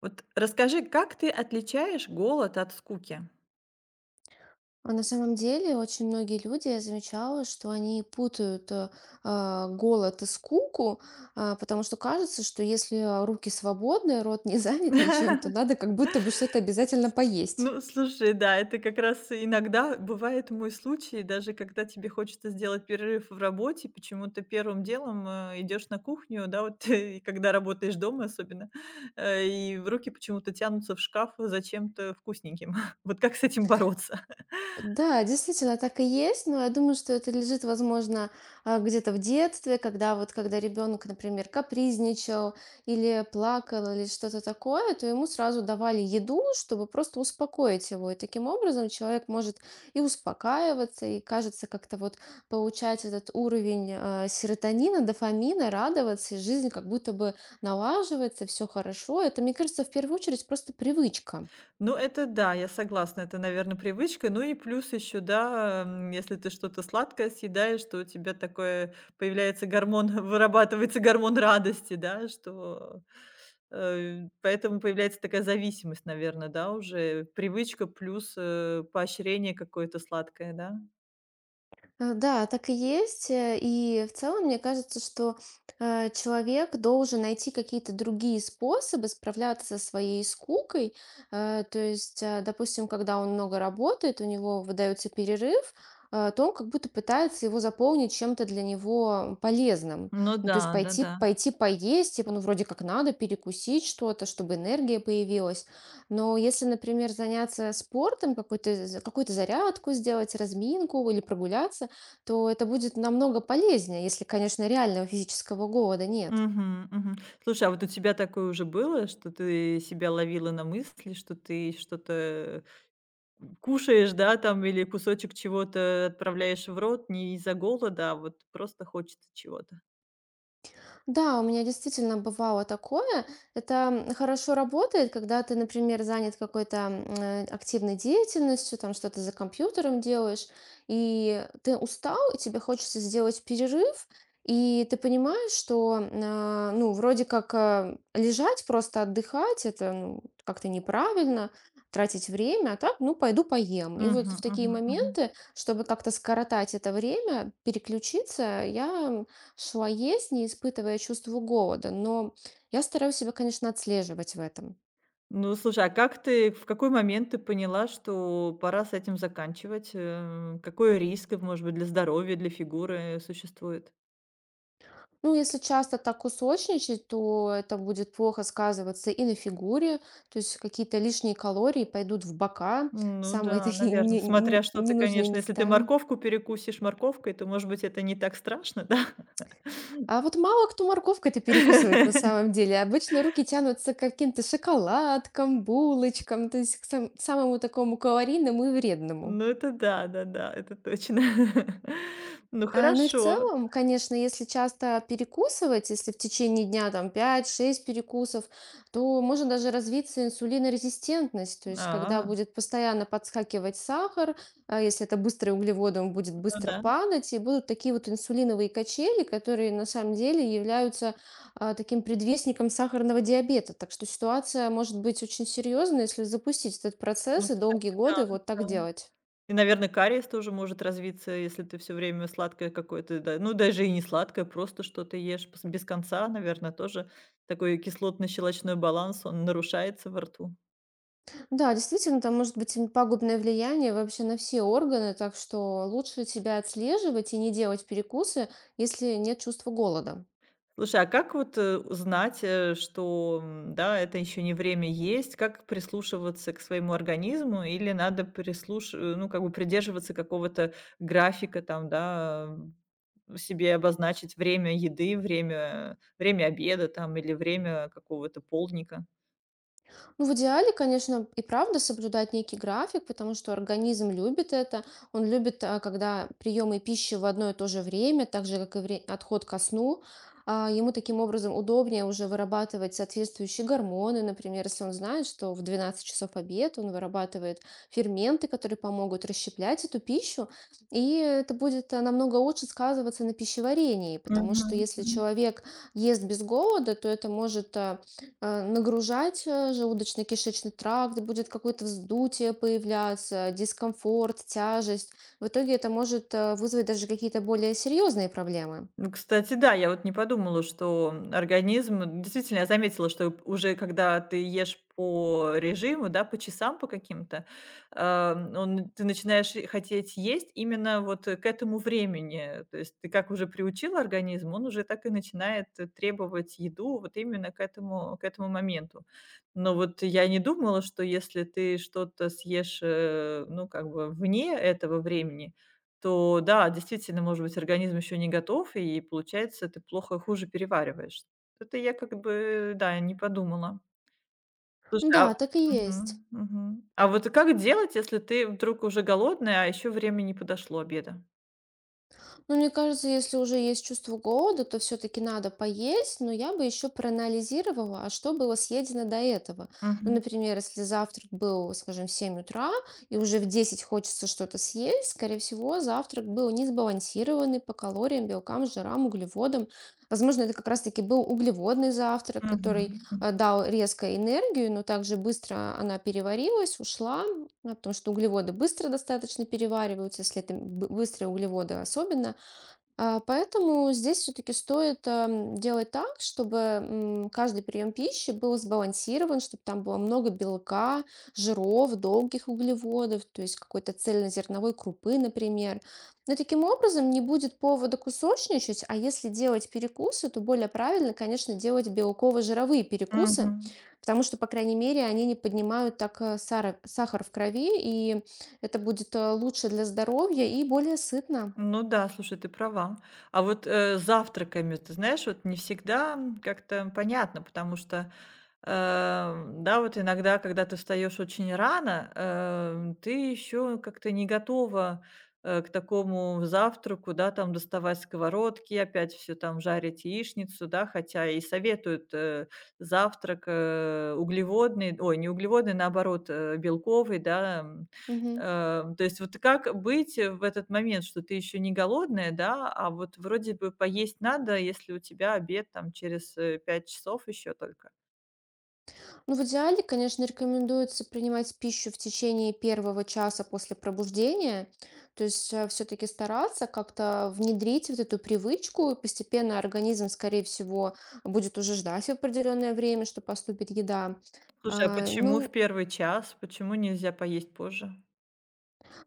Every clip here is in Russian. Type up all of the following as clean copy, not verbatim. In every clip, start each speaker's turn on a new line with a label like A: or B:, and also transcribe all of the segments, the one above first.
A: Вот расскажи, как ты отличаешь голод от скуки?
B: А на самом деле очень многие люди, я замечала, что они путают голод и скуку, потому что кажется, что если руки свободны, рот не занят ничем, то надо как будто бы что-то обязательно поесть.
A: Ну, слушай, да, это как раз иногда бывает мой случай, даже когда тебе хочется сделать перерыв в работе, почему-то первым делом идешь на кухню, да, вот и когда работаешь дома особенно, и в руки почему-то тянутся в шкаф за чем-то вкусненьким. Вот как с этим бороться?
B: Да, действительно, так и есть, но я думаю, что это лежит, возможно, где-то в детстве, когда ребенок, например, капризничал, или плакал, или что-то такое, то ему сразу давали еду, чтобы просто успокоить его. И таким образом человек может и успокаиваться, и, кажется, как-то вот получать этот уровень серотонина, дофамина, радоваться, и жизнь как будто бы налаживается, все хорошо. Это, мне кажется, в первую очередь просто привычка.
A: Ну, это да, я согласна, это, наверное, привычка. Ну и плюс еще, да, если ты что-то сладкое съедаешь, то у тебя такое появляется гормон, вырабатывается гормон радости, да, что поэтому появляется такая зависимость, наверное, да, уже привычка плюс поощрение какое-то сладкое, да.
B: Да, так и есть. И в целом, мне кажется, что человек должен найти какие-то другие способы справляться со своей скукой. То есть, допустим, когда он много работает, у него выдается перерыв, то он как будто пытается его заполнить чем-то для него полезным.
A: Ну
B: Ну, то есть
A: да, да,
B: пойти,
A: да.
B: пойти поесть, типа, ну, вроде как надо перекусить что-то, чтобы энергия появилась. Но если, например, заняться спортом, какую-то зарядку сделать, разминку или прогуляться, то это будет намного полезнее, если, конечно, реального физического голода нет.
A: Мгм, мгм. Слушай, а вот у тебя такое уже было, что ты себя ловила на мысли, что ты что-то кушаешь, да, там или кусочек чего-то отправляешь в рот не из-за голода, а вот просто хочется чего-то.
B: Да, у меня действительно бывало такое. Это хорошо работает, когда ты, например, занят какой-то активной деятельностью, там что-то за компьютером делаешь, и ты устал, и тебе хочется сделать перерыв, и ты понимаешь, что, ну, вроде как лежать, просто отдыхать, это, ну, как-то неправильно, тратить время, а так, ну, пойду поем. И
A: Мгм,
B: вот в такие
A: мгм, мгм.
B: моменты, чтобы как-то скоротать это время, переключиться, я шла есть, не испытывая чувства голода, но я стараюсь себя, конечно, отслеживать в этом.
A: Ну, слушай, а как ты, в какой момент ты поняла, что пора с этим заканчивать? Какой риск, может быть, для здоровья, для фигуры существует?
B: Ну, если часто так кусочничать, то это будет плохо сказываться и на фигуре, то есть какие-то лишние калории пойдут в бока,
A: Ну
B: самые
A: да,
B: такие
A: наверное. Смотря что ты,
B: ненужные
A: конечно, если ты
B: места.
A: морковку перекусишь морковкой, то, может быть, это не так страшно, да?
B: А вот мало кто морковкой-то перекусывает на самом деле. Обычно руки тянутся к каким-то шоколадкам, булочкам, то есть к самому такому калорийному и вредному.
A: Ну это да, да, да, это точно. Ну
B: Ну и в
A: хорошо.
B: целом, конечно, если часто перекусывать, если в течение дня там 5-6 перекусов, то может даже развиться инсулинорезистентность, то есть когда
A: А.
B: будет постоянно подскакивать сахар, а если это быстрые углеводы, он будет
A: Ну
B: быстро
A: да.
B: падать, и будут такие вот инсулиновые качели, которые на самом деле являются таким предвестником сахарного диабета. Так что ситуация может быть очень серьезной, если запустить этот процесс
A: Ну,
B: и долгие
A: кстати, да,
B: годы вот так
A: да.
B: делать.
A: И, наверное, кариес тоже может развиться, если ты все время сладкое какое-то, да ну, даже и не сладкое, просто что-то ешь пс без конца, наверное, тоже такой кислотно-щелочной баланс, он нарушается во рту.
B: Да, действительно, там может быть пагубное влияние вообще на все органы, так что лучше себя отслеживать и не делать перекусы, если нет чувства голода.
A: Слушай, а как вот, знать, что, да, это еще не время есть? Как прислушиваться к своему организму? Или надо ну, как бы придерживаться какого-то графика там, да, себе обозначить время еды, время обеда там или время какого-то полдника?
B: Ну, в идеале, конечно, и правда соблюдать некий график, потому что организм любит это. Он любит, когда приемы пищи в одно и то же время, так же, как и отход ко сну. Ему таким образом удобнее уже вырабатывать соответствующие гормоны. Например, если он знает, что в 12 часов обед, он вырабатывает ферменты, которые помогут расщеплять эту пищу. И это будет намного лучше сказываться на пищеварении, потому что если
A: Мгм.
B: человек ест без голода, то это может нагружать желудочно-кишечный тракт, будет какое-то вздутие появляться, дискомфорт, тяжесть. В итоге это может вызвать даже какие-то более серьезные проблемы.
A: Ну, кстати, да, я вот не подумала, что, организм действительно, я заметила, что уже когда ты ешь по режиму, да, по часам по каким-то, он ты начинаешь и хотеть есть именно вот, к этому времени. То есть ты как уже приучил организм, он уже так и начинает, требовать еду вот именно к этому моменту. Но вот я не думала, что если ты что-то съешь, ну, как бы вне этого времени, то да, действительно, может быть, организм еще не готов, и получается, ты плохо хуже перевариваешь. Это я как бы, да, не подумала. Слушай,
B: Да,
A: а
B: так и есть.
A: мгм, мгм. А вот как делать, если ты вдруг уже голодная, а еще время не подошло обеда?
B: Ну, мне кажется, если уже есть чувство голода, то все-таки надо поесть, но я бы еще проанализировала, а что было съедено до этого. Ну,
A: Мгм,
B: например, если завтрак был, скажем, в 7 утра, и уже в 10 хочется что-то съесть, скорее всего, завтрак был не сбалансированный по калориям, белкам, жирам, углеводам. Возможно, это как раз-таки был углеводный завтрак, который
A: мгм, м,
B: дал резко энергию, но также быстро она переварилась, ушла, а потому что углеводы быстро достаточно перевариваются, если это быстрые углеводы особенно. Поэтому здесь все-таки стоит делать так, чтобы каждый прием пищи был сбалансирован, чтобы там было много белка, жиров, долгих углеводов, то есть какой-то цельнозерновой крупы, например. Но таким образом не будет повода кусочничать, а если делать перекусы, то более правильно, конечно, делать белково-жировые перекусы,
A: мгм.
B: потому что, по крайней мере, они не поднимают так сахар в крови, и это будет лучше для здоровья и более сытно.
A: Ну да, слушай, ты права. А вот, с завтраками, ты знаешь, вот не всегда, как-то понятно, потому что да, вот иногда, когда ты встаешь очень рано, ты еще как-то не готова, к такому завтраку, да, там доставать сковородки, опять все там жарить яичницу, да. Хотя и советуют, завтрак, э, углеводный, ой, не углеводный, наоборот, э, белковый, да, м.
B: Мгм.
A: То есть вот как быть в этот момент, что ты еще не голодная, да, а вот вроде бы поесть надо, если у тебя обед там через, 5 часов еще только?
B: Ну, в идеале, конечно, рекомендуется принимать пищу в течение первого часа после пробуждения. То есть все-таки стараться как-то внедрить вот эту привычку, и постепенно организм, скорее всего, будет уже ждать определенное время, что поступит еда.
A: Слушай, а почему в
B: Ну,
A: первый час? Почему нельзя поесть позже?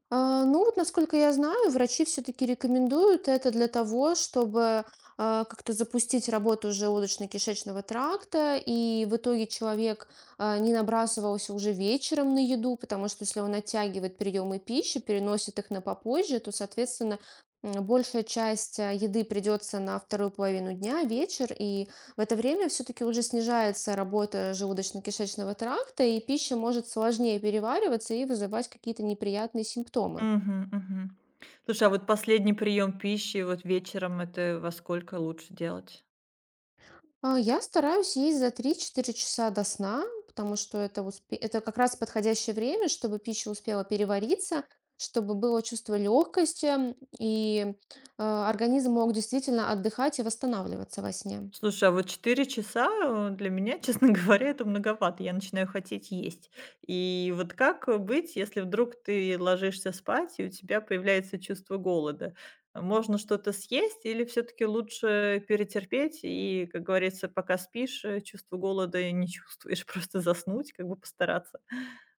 B: Ну вот, насколько я знаю, врачи все-таки рекомендуют это для того, чтобы как-то запустить работу желудочно-кишечного тракта, и в итоге человек не набрасывался уже вечером на еду, потому что если он оттягивает приемы пищи, переносит их на попозже, то, соответственно, большая часть еды придется на вторую половину дня, вечер, и в это время все-таки уже снижается работа желудочно-кишечного тракта, и пища может сложнее перевариваться и вызывать какие-то неприятные симптомы.
A: Мгм, мгм. Слушай, а вот последний прием пищи вот вечером - это во сколько лучше делать?
B: Я стараюсь есть за 3-4 часа до сна, потому что это, это как раз подходящее время, чтобы пища успела перевариться, чтобы было чувство легкости, и организм мог действительно отдыхать и восстанавливаться во сне.
A: Слушай, а вот 4 часа, для меня, честно говоря, это многовато. Я начинаю хотеть есть. И вот как, быть, если вдруг ты ложишься спать и у тебя появляется чувство голода? А можно что-то съесть или все таки лучше перетерпеть и, как говорится, пока спишь, чувство голода не чувствуешь, просто заснуть, как бы постараться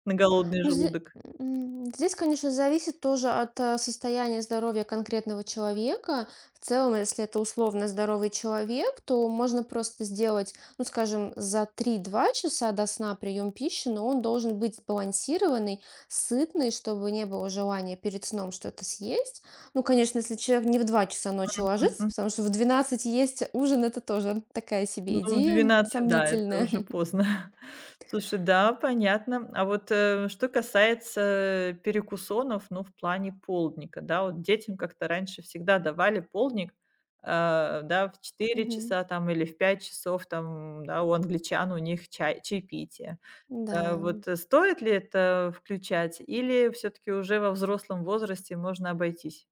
A: на голодный
B: Ну,
A: желудок?
B: здесь, конечно, зависит тоже от состояния здоровья конкретного человека. В целом, если это условно здоровый человек, то можно просто сделать, ну, скажем, за 3-2 часа до сна прием пищи, но он должен быть сбалансированный, сытный, чтобы не было желания перед сном что-то съесть. Ну, конечно, если человек не в 2 часа ночи ложится, потому что в 12 есть ужин, это тоже такая
A: Ну,
B: себе
A: в
B: идея
A: 12 да, это
B: сомнительная.
A: уже поздно. Слушай, да, понятно. А вот, что касается перекусонов, ну, в плане полдника, да, вот детям как-то раньше всегда давали полдник, а, да, в четыре
B: Мгм.
A: часа там или в 5 часов там, да, у англичан у них чай чаепитие.
B: Да.
A: Вот, стоит ли это включать или все таки уже во взрослом возрасте можно обойтись?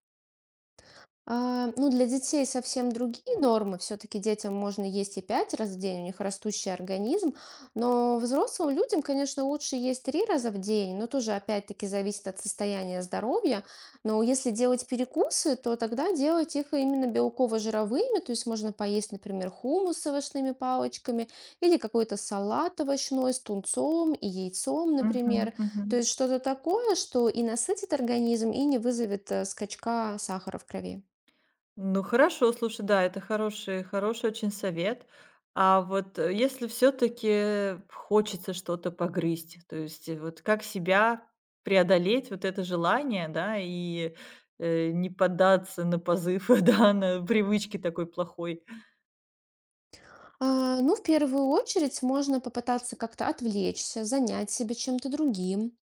B: Ну, для детей совсем другие нормы. Все-таки детям можно есть и 5 раз в день, у них растущий организм. Но взрослым людям, конечно, лучше есть 3 раза в день, но тоже, опять-таки, зависит от состояния здоровья. Но если делать перекусы, то тогда делать их именно белково-жировыми, то есть можно поесть, например, хумус с овощными палочками или какой-то салат овощной с тунцом и яйцом,
A: Мгм,
B: например.
A: мгм.
B: То есть что-то такое, что и насытит организм, и не вызовет скачка сахара в крови.
A: Ну хорошо, слушай, да, это хороший очень совет. А вот, если все таки хочется что-то погрызть, то есть, вот как себя преодолеть вот это желание, да, и, не поддаться на позыв, да, на привычки такой плохой.
B: Ну, в первую очередь можно попытаться как-то отвлечься, занять себя чем-то другим.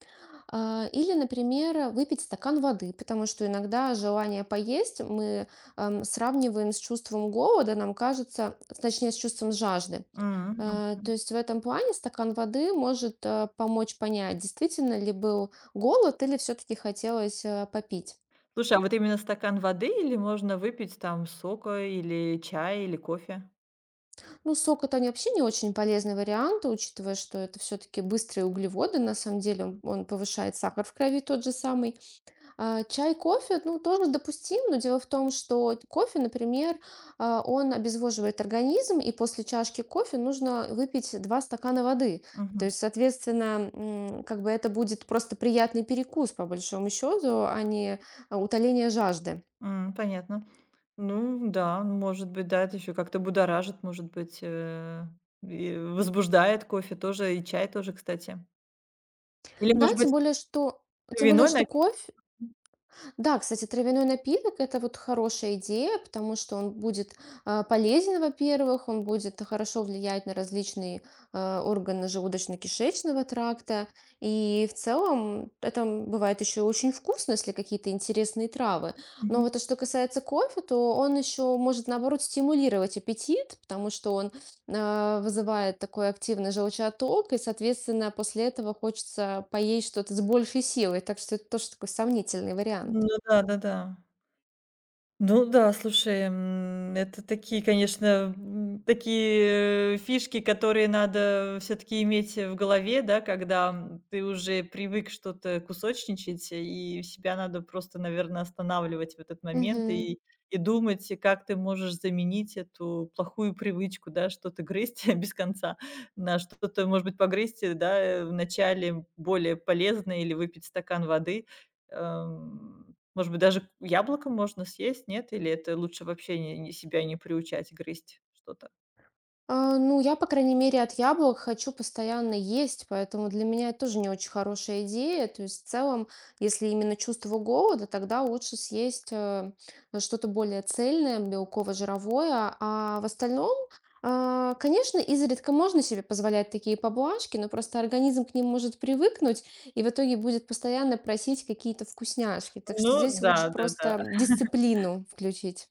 B: Или, например, выпить стакан воды, потому что иногда желание поесть мы сравниваем с чувством голода, нам кажется, точнее, с чувством жажды.
A: М, м.
B: То есть в этом плане стакан воды может помочь понять, действительно ли был голод или все-таки хотелось попить.
A: Слушай, а вот именно стакан воды или можно выпить там сока или чая, или кофе?
B: Ну, сок- это не вообще не очень полезный вариант, учитывая, что это все-таки быстрые углеводы. На самом деле он повышает сахар в крови тот же самый. Чай, кофе, ну, тоже допустим, но дело в том, что кофе, например, он обезвоживает организм, и после чашки кофе нужно выпить 2 стакана воды. То
A: Мгм.
B: есть, соответственно, как бы это будет просто приятный перекус, по большому счету, а не утоление жажды.
A: М, понятно. Ну да, ну, может быть, да, это еще как-то будоражит, может быть, и возбуждает кофе тоже, и чай тоже, кстати. Или,
B: Да,
A: может
B: тем
A: быть,
B: более, что тем более,
A: виной
B: что
A: напиток?
B: кофе. Да, кстати, травяной напиток- это вот хорошая идея, потому что он будет, полезен, во-первых, он будет хорошо влиять на различные, органы желудочно-кишечного тракта. И в целом это, бывает еще очень вкусно, если какие-то интересные травы. Но
A: Мгм.
B: вот, а что касается кофе, то он еще может, наоборот, стимулировать аппетит, потому что он вызывает такой активный желчеоток, и, соответственно, после этого хочется поесть что-то с большей силой. Так что это тоже такой сомнительный
A: Ну
B: вариант.
A: да-да-да. Ну да, слушай, м, это такие, конечно, м, такие фишки, которые надо все-таки иметь в голове, да, когда м, ты уже привык что-то кусочничать, и себя надо просто, наверное, останавливать в этот момент
B: Мгм.
A: и думать, и как ты можешь заменить эту плохую привычку, да, что-то грызть без конца, на что-то, может быть, погрызть, да, вначале более полезное или выпить стакан воды, может быть, даже яблоко можно съесть, нет? Или это лучше вообще не себя не приучать грызть что-то?
B: Ну, я, по крайней мере, от яблок хочу постоянно есть, поэтому для меня это тоже не очень хорошая идея. То есть, в целом, если именно чувство голода, тогда лучше съесть что-то более цельное, белково-жировое. А в остальном, конечно, изредка можно себе позволять такие поблажки, но просто организм к ним может привыкнуть и в итоге будет постоянно просить какие-то вкусняшки. Так что
A: Ну
B: здесь
A: да,
B: лучше
A: да-да.
B: просто дисциплину включить.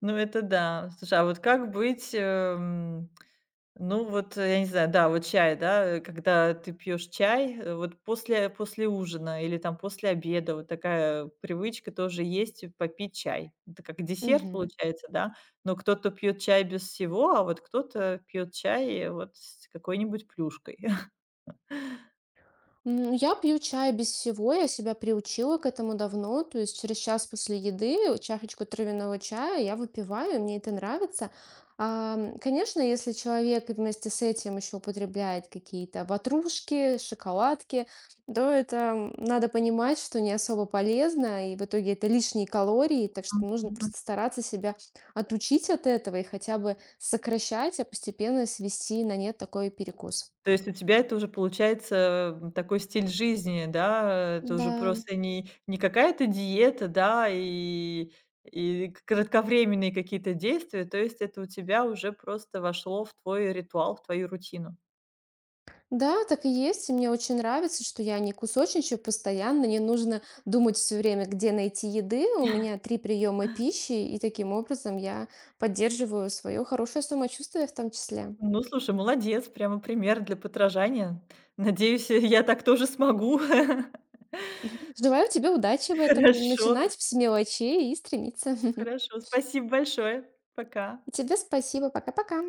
A: Ну, это да. Слушай, а вот как быть, ну, вот, я не знаю, да, вот чай, да, когда ты пьешь чай, вот после ужина или там после обеда, вот такая привычка тоже есть попить чай. Это как десерт
B: Мгм.
A: получается, да? Но кто-то пьет чай без всего, а вот кто-то пьет чай, вот с какой-нибудь плюшкой.
B: Я пью чай без всего, я себя приучила к этому давно, то есть через час после еды чашечку травяного чая я выпиваю, мне это нравится. Конечно, если человек и вместе с этим еще употребляет какие-то ватрушки, шоколадки, то это, надо понимать, что не особо полезно, и в итоге это лишние калории, так что нужно
A: Мгм.
B: просто стараться себя отучить от этого и хотя бы сокращать, а постепенно свести на нет такой перекус.
A: То есть у тебя это уже получается, м, такой стиль жизни, да? Это
B: Да.
A: уже просто не какая-то диета, да, и кратковременные какие-то действия. То есть это у тебя уже просто вошло в твой ритуал, в твою рутину.
B: Да, так и есть. И мне очень нравится, что я не кусочничаю постоянно, не нужно думать все время, где найти еды. У меня 3 приема пищи, и таким образом я поддерживаю свое хорошее самочувствие в том числе.
A: Ну, слушай, молодец, прямо пример для подражания. Надеюсь, я так тоже смогу.
B: Желаю тебе удачи в этом,
A: Хорошо,
B: начинать с мелочей и стремиться.
A: хорошо. Спасибо большое. Пока.
B: Тебе спасибо. Пока-пока.